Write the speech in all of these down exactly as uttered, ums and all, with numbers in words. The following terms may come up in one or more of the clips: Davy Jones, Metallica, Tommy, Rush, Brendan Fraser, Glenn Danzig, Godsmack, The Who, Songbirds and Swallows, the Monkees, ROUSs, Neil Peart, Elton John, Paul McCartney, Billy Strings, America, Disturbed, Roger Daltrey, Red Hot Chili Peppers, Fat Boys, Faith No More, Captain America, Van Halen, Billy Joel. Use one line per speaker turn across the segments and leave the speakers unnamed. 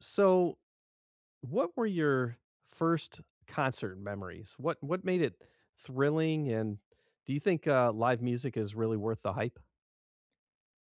So, what were your first concert memories? What what made it thrilling, and do you think uh, live music is really worth the hype?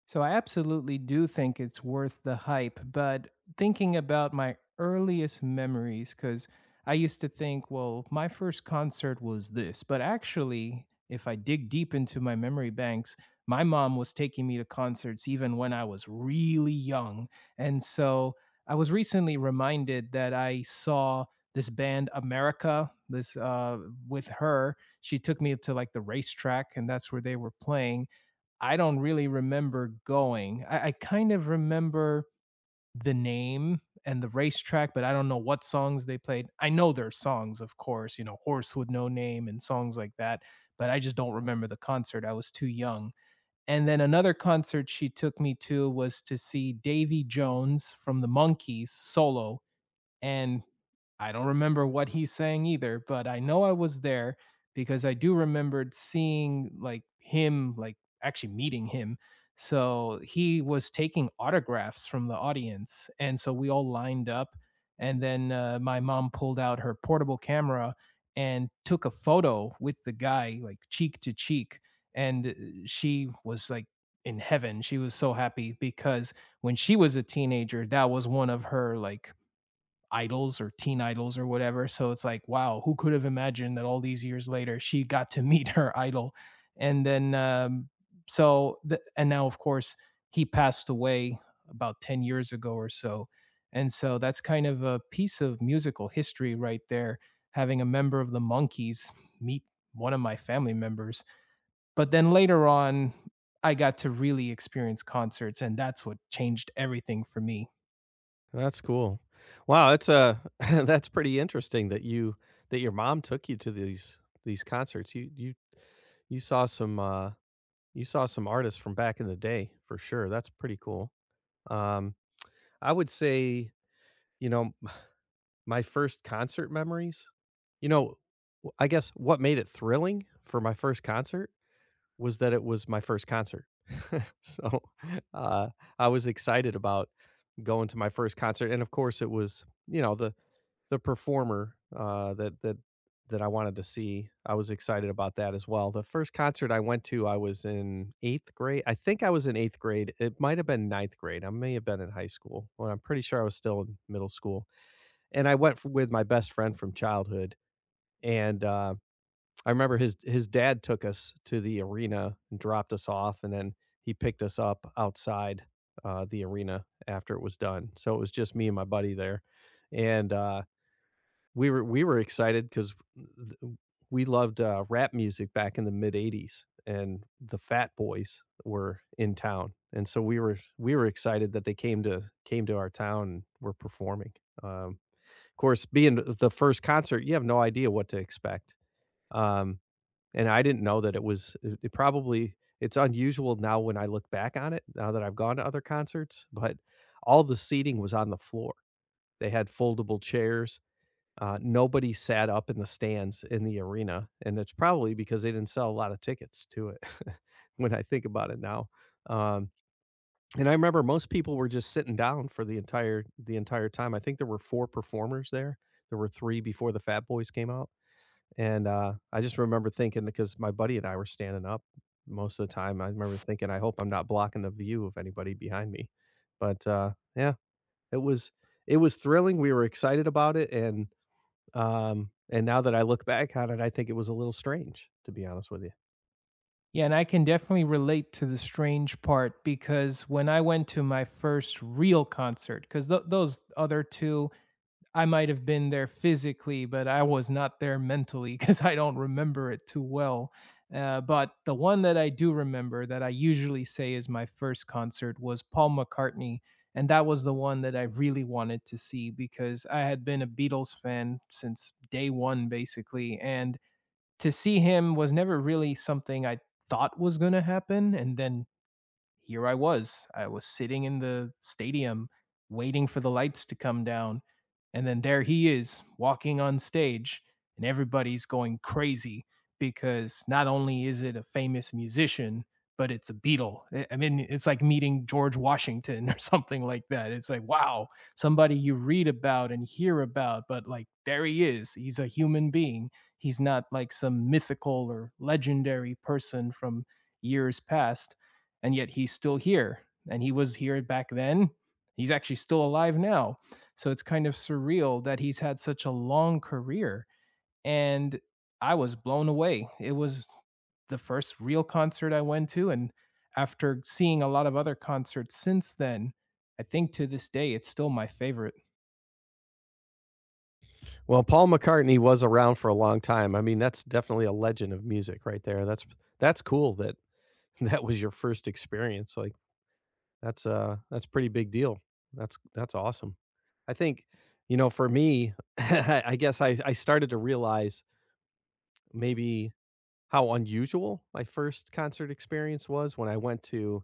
So I absolutely do think it's worth the hype, but thinking about my earliest memories, because I used to think, well, my first concert was this, but actually, if I dig deep into my memory banks, my mom was taking me to concerts even when I was really young. And so I was recently reminded that I saw this band America, this uh with her. She took me to like the racetrack, and that's where they were playing. I don't really remember going. I, I kind of remember the name and the racetrack, but I don't know what songs they played. I know their songs, of course, you know, Horse with No Name and songs like that, but I just don't remember the concert. I was too young. And then another concert she took me to was to see Davy Jones from the Monkees solo. And I don't remember what he's saying either, but I know I was there because I do remembered seeing like him, like actually meeting him. So he was taking autographs from the audience. And so we all lined up. And then uh, my mom pulled out her portable camera and took a photo with the guy, like cheek to cheek. And uh, she was like in heaven. She was so happy because when she was a teenager, that was one of her like idols or teen idols or whatever. So it's like, wow, who could have imagined that all these years later she got to meet her idol? And then, um, so, the, and now, of course, he passed away about ten years ago or so. And so that's kind of a piece of musical history right there, having a member of the Monkees meet one of my family members. But then later on, I got to really experience concerts, and that's what changed everything for me.
That's cool. Wow, that's uh that's pretty interesting that you that your mom took you to these these concerts. You you you saw some uh you saw some artists from back in the day for sure. That's pretty cool. Um I would say, you know, my first concert memories? You know, w I guess what made it thrilling for my first concert was that it was my first concert. So, uh, I was excited about going to my first concert, and of course, it was, you know, the the performer, uh, that that that I wanted to see. I was excited about that as well. The first concert I went to, I was in eighth grade, I think I was in eighth grade. It might have been ninth grade. I may have been in high school. Well, I'm pretty sure I was still in middle school, and I went f with my best friend from childhood, and, uh, I remember his his dad took us to the arena and dropped us off, and then he picked us up outside, uh, the arena after it was done, so it was just me and my buddy there, and, uh, we were we were excited because we loved, uh, rap music back in the mid eighties, and the Fat Boys were in town, and so we were we were excited that they came to came to our town and were performing. um of course, being the first concert, you have no idea what to expect. Um, and I didn't know that it was it it probably it's unusual now when I look back on it, now that I've gone to other concerts, but all the seating was on the floor. They had foldable chairs. Uh, nobody sat up in the stands in the arena, and it's probably because they didn't sell a lot of tickets to it when I think about it now. Um, and I remember most people were just sitting down for the entire the entire time. I think there were four performers there. There were three before the Fat Boys came out, and, uh, I just remember thinking, because my buddy and I were standing up most of the time, I remember thinking, "I hope I'm not blocking the view of anybody behind me." But, uh, yeah, it was it was thrilling, we were excited about it, and, um, and now that I look back on it, I think it was a little strange, to be honest with you.
Yeah, and I can definitely relate to the strange part because when I went to my first real concert, because th- those other two, I might have been there physically, but I was not there mentally because I don't remember it too well. Uh, but the one that I do remember that I usually say is my first concert was Paul McCartney. And that was the one that I really wanted to see because I had been a Beatles fan since day one, basically. And to see him was never really something I thought was going to happen. And then here I was. I was sitting in the stadium waiting for the lights to come down. And then there he is walking on stage, and everybody's going crazy because not only is it a famous musician, but it's a Beatle. I- mean, it's like meeting George Washington or something like that. It's like, wow, somebody you read about and hear about, but like, there he is. He's a human being. He's not like some mythical or legendary person from years past, and yet he's still here, and he was here back then. He's actually still alive now, so it's kind of surreal that he's had such a long career. And I was blown away. It was the first real concert I went to, and after seeing a lot of other concerts since then, I think to this day it's still my favorite.
Well, Paul McCartney was around for a long time. I mean, that's definitely a legend of music right there. That's that's cool that that was your first experience. Like that's uh that's pretty big deal. That's that's awesome. I think, you know, for me, I guess I I started to realize maybe how unusual my first concert experience was when I went to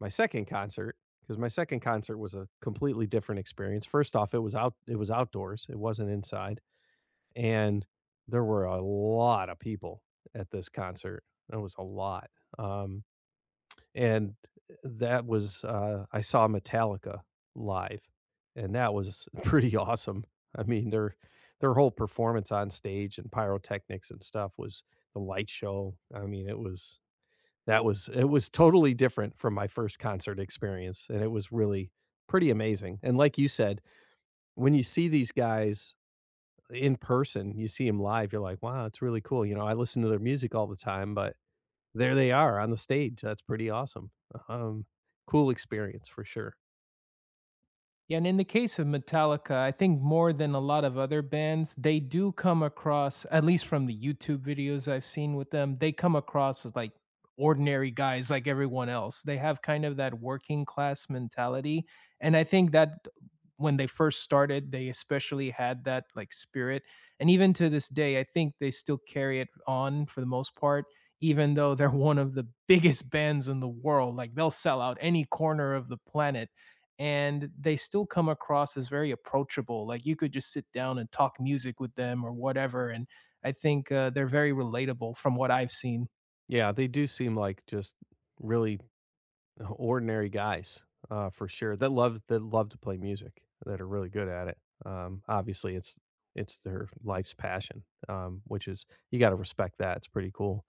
my second concert, because my second concert was a completely different experience. First off, it was out it was outdoors. It wasn't inside, and there were a lot of people at this concert. It was a lot, um, and that was, uh I saw Metallica live, and that was pretty awesome. I mean, their their whole performance on stage and pyrotechnics and stuff was the light show. I mean, it was that was it was totally different from my first concert experience, and it was really pretty amazing, and like you said, when you see these guys in person, you see them live, you're like, "Wow, it's really cool," you know, I listen to their music all the time, but there they are on the stage, that's pretty awesome. Um, cool experience for sure.
Yeah, and in the case of Metallica, I think more than a lot of other bands, they do come across, at least from the YouTube videos I've seen with them, they come across as like ordinary guys like everyone else. They have kind of that working class mentality. And I think that when they first started, they especially had that like spirit. And even to this day, I think they still carry it on for the most part, even though they're one of the biggest bands in the world. Like they'll sell out any corner of the planet and they still come across as very approachable. Like you could just sit down and talk music with them or whatever. And I think uh, they're very relatable from what I've seen.
Yeah, they do seem like just really ordinary guys, uh, for sure, that love that love to play music, that are really good at it. Um, obviously, it's it's their life's passion, um, which is, you gotta respect that, it's pretty cool.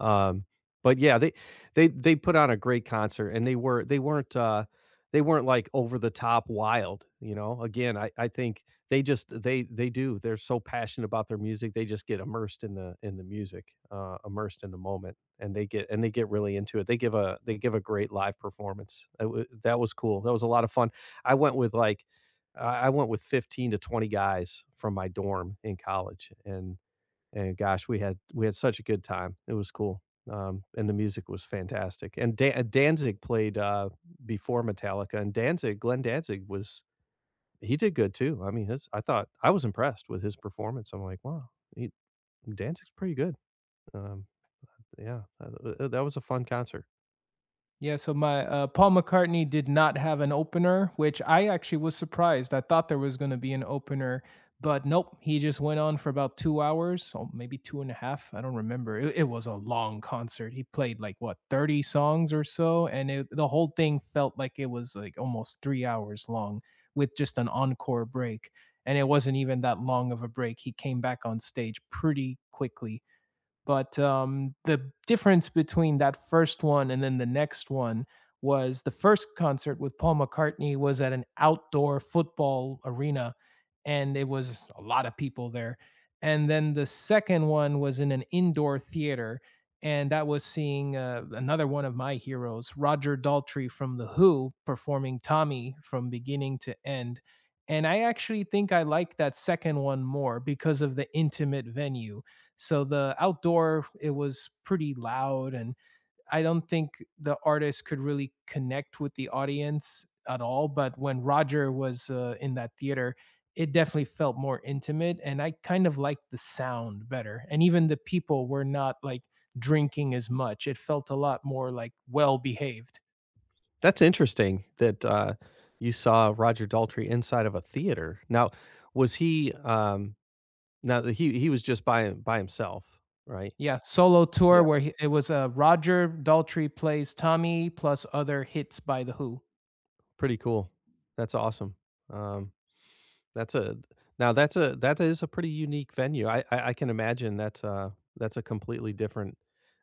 Um, but yeah, they they they put on a great concert, and they were they weren't uh, they weren't like over the top wild, you know. Again, I I think they just they they do. They're so passionate about their music, they just get immersed in the in the music, uh, immersed in the moment, and they get and they get really into it. They give a they give a great live performance. It wa That was cool. That was a lot of fun. I went with like I I went with fifteen to twenty guys from my dorm in college, and and gosh, we had we had such a good time. It was cool. Um, and the music was fantastic. And Dan uh, Danzig played, uh, before Metallica, and Danzig Glenn Danzig was he did good too. I mean, his I thought I was impressed with his performance. I'm like, "Wow, he Danzig's pretty good." Um, yeah, uh, uh, that was a fun concert.
Yeah, so my uh, Paul McCartney did not have an opener, which I actually was surprised. I thought there was going to be an opener, but nope. He just went on for about two hours, or maybe two and a half. I don't remember. It, it was a long concert. He played like what thirty songs or so, and it, the whole thing felt like it was like almost three hours long with just an encore break. And it wasn't even that long of a break. He came back on stage pretty quickly, but um, the difference between that first one and then the next one was the first concert with Paul McCartney was at an outdoor football arena, and it was a lot of people there. And then the second one was in an indoor theater, and that was seeing uh, another one of my heroes, Roger Daltrey from The Who, performing Tommy from beginning to end. And I actually think I like that second one more because of the intimate venue. So the outdoor, it was pretty loud. And I don't think the artist could really connect with the audience at all. But when Roger was uh, in that theater, it definitely felt more intimate. And I kind of liked the sound better. And even the people were not like drinking as much. It felt a lot more like well behaved.
That's interesting that, uh, you saw Roger Daltrey inside of a theater. Now, was he, um now, that he he was just by by himself, right?
Yeah, solo
Yeah.
tour where he, it was uh, Roger Daltrey plays Tommy plus other hits by The Who.
Pretty cool. That's awesome. Um, that's a now that's a that is a pretty unique venue. I I, I can imagine that's a that's a completely different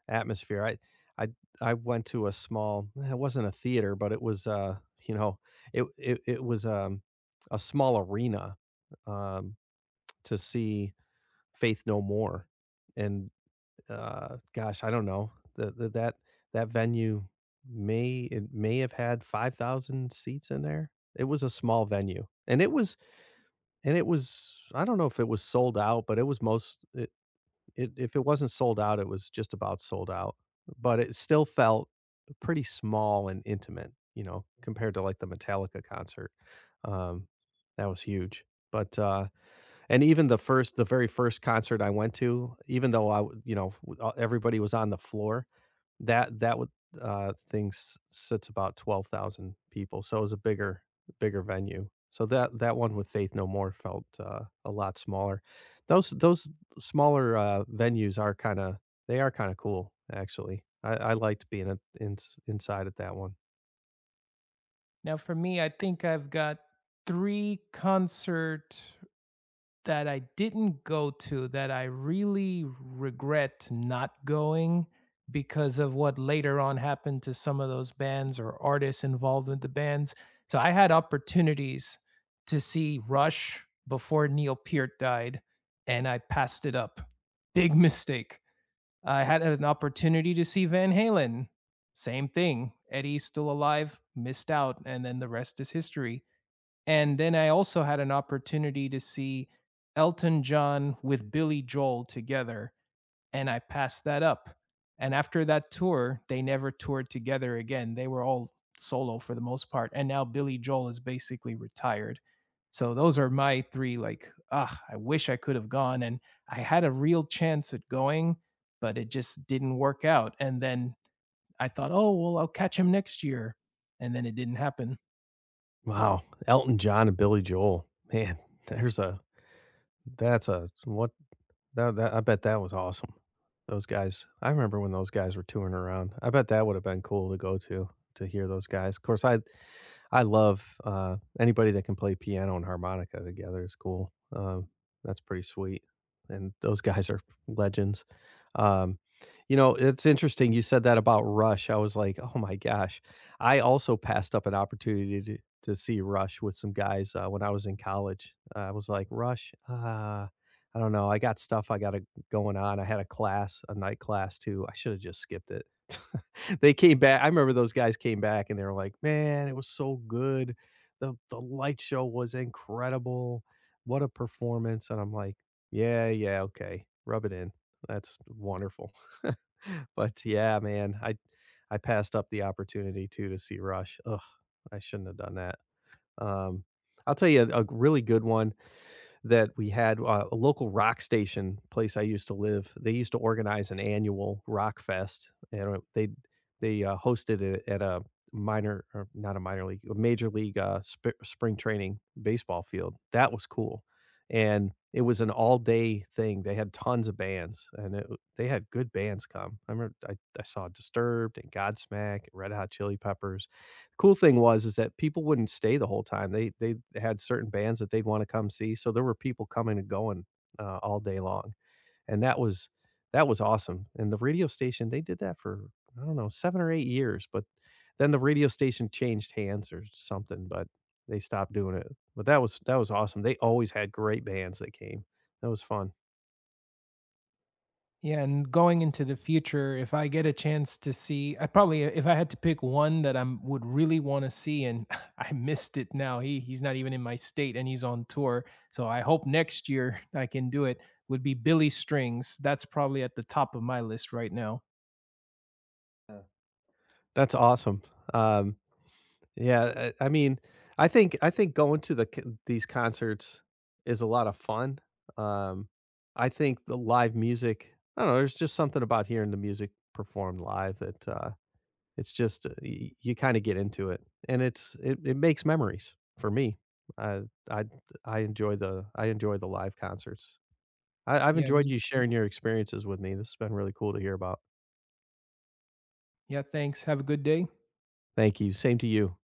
atmosphere. I I I went to a small eh, it wasn't a theater, but it was uh you know, it it, it was um a small arena, um to see Faith No More, and uh, gosh, I don't know. The, the that That venue may it may have had five thousand seats in there. It was a small venue. And it was and it was, I don't know if it was sold out, but it was most it, it, if it wasn't sold out, it was just about sold out. But it still felt pretty small and intimate, you know, compared to like the Metallica concert. Um, that was huge. But uh And even the first the very first concert I went to, even though I w you know, w uh, everybody was on the floor, that that would uh, thing s sits about twelve thousand people, so it was a bigger bigger venue. So that that one with Faith No More felt, uh, a lot smaller. Those those smaller, uh, venues are kinda, they are kinda cool, actually. I I liked being at ins inside at that one.
Now, for me, I think I've got three concert that I didn't go to that I really regret not going because of what later on happened to some of those bands or artists involved with the bands. So I had opportunities to see Rush before Neil Peart died, and I passed it up. Big mistake. I had an opportunity to see Van Halen. Same thing. Eddie's still alive, missed out, and then the rest is history. And then I also had an opportunity to see Elton John with Billy Joel together, and I passed that up. And after that tour, they never toured together again. They were all solo for the most part. And now Billy Joel is basically retired. So those are my three like, ah, I wish I could have gone, and I had a real chance at going, but it just didn't work out. And then I thought, oh well, I'll catch him next year, and then it didn't happen.
Wow, Elton John and Billy Joel. Man, there's a that's a what That that, I bet that was awesome. Those guys, I remember when those guys were touring around. I bet that would have been cool to go to, to hear those guys. Of course, I I love, uh, anybody that can play piano and harmonica together is cool. Um, that's pretty sweet, and those guys are legends. Um, you know, it's interesting you said that about Rush. I was like, "Oh my gosh." I also passed up an opportunity to to see Rush with some guys, uh, when I was in college. uh, I was like, "Rush? Uh, I don't know. I got stuff, I got going on." I had a class, a night class too. I should have just skipped it. They came back. I remember those guys came back and they were like, "Man, it was so good. The the light show was incredible. What a performance." And I'm like, "Yeah, yeah, okay. Rub it in. That's wonderful." But yeah, man, I I passed up the opportunity too to see Rush. Ugh, I shouldn't have done that. Um, I'll tell you a, a really good one. That we had uh, a local rock station place I used to live. They used to organize an annual rock fest, and they they uh, hosted it at a minor or not a minor league, a major league uh, sp- spring training baseball field. That was cool, and it was an all day thing. They had tons of bands, and it, they had good bands come. I remember I, I saw Disturbed and Godsmack, Red Hot Chili Peppers. Cool thing was is that people wouldn't stay the whole time. They they had certain bands that they'd wanna come see, so there were people coming and going, uh, all day long, and that was that was awesome, and the radio station, they did that for, I don't know, seven or eight years, but then the radio station changed hands or something, but they stopped doing it, but that was that was awesome. They always had great bands that came. That was fun.
Yeah, and going into the future, if I get a chance to see, I probably if I had to pick one that I would really want to see, and I missed it now. He he's not even in my state, and he's on tour. So I hope next year I can do it. Would be Billy Strings. That's probably at the top of my list right now.
Yeah. That's awesome. Um Yeah, I I mean, I think I think going to the c these concerts is a lot of fun. Um, I think the live music, I don't know, there's just something about hearing the music performed live that, uh, it's just, uh, y you kinda get into it, and it's it it makes memories for me. I I I enjoy the I enjoy the live concerts. I, I've
Yeah,
enjoyed
me.
you sharing your experiences with me, this has been really cool to hear about.
Yeah, thanks. Have a good day.
Thank you, same to you.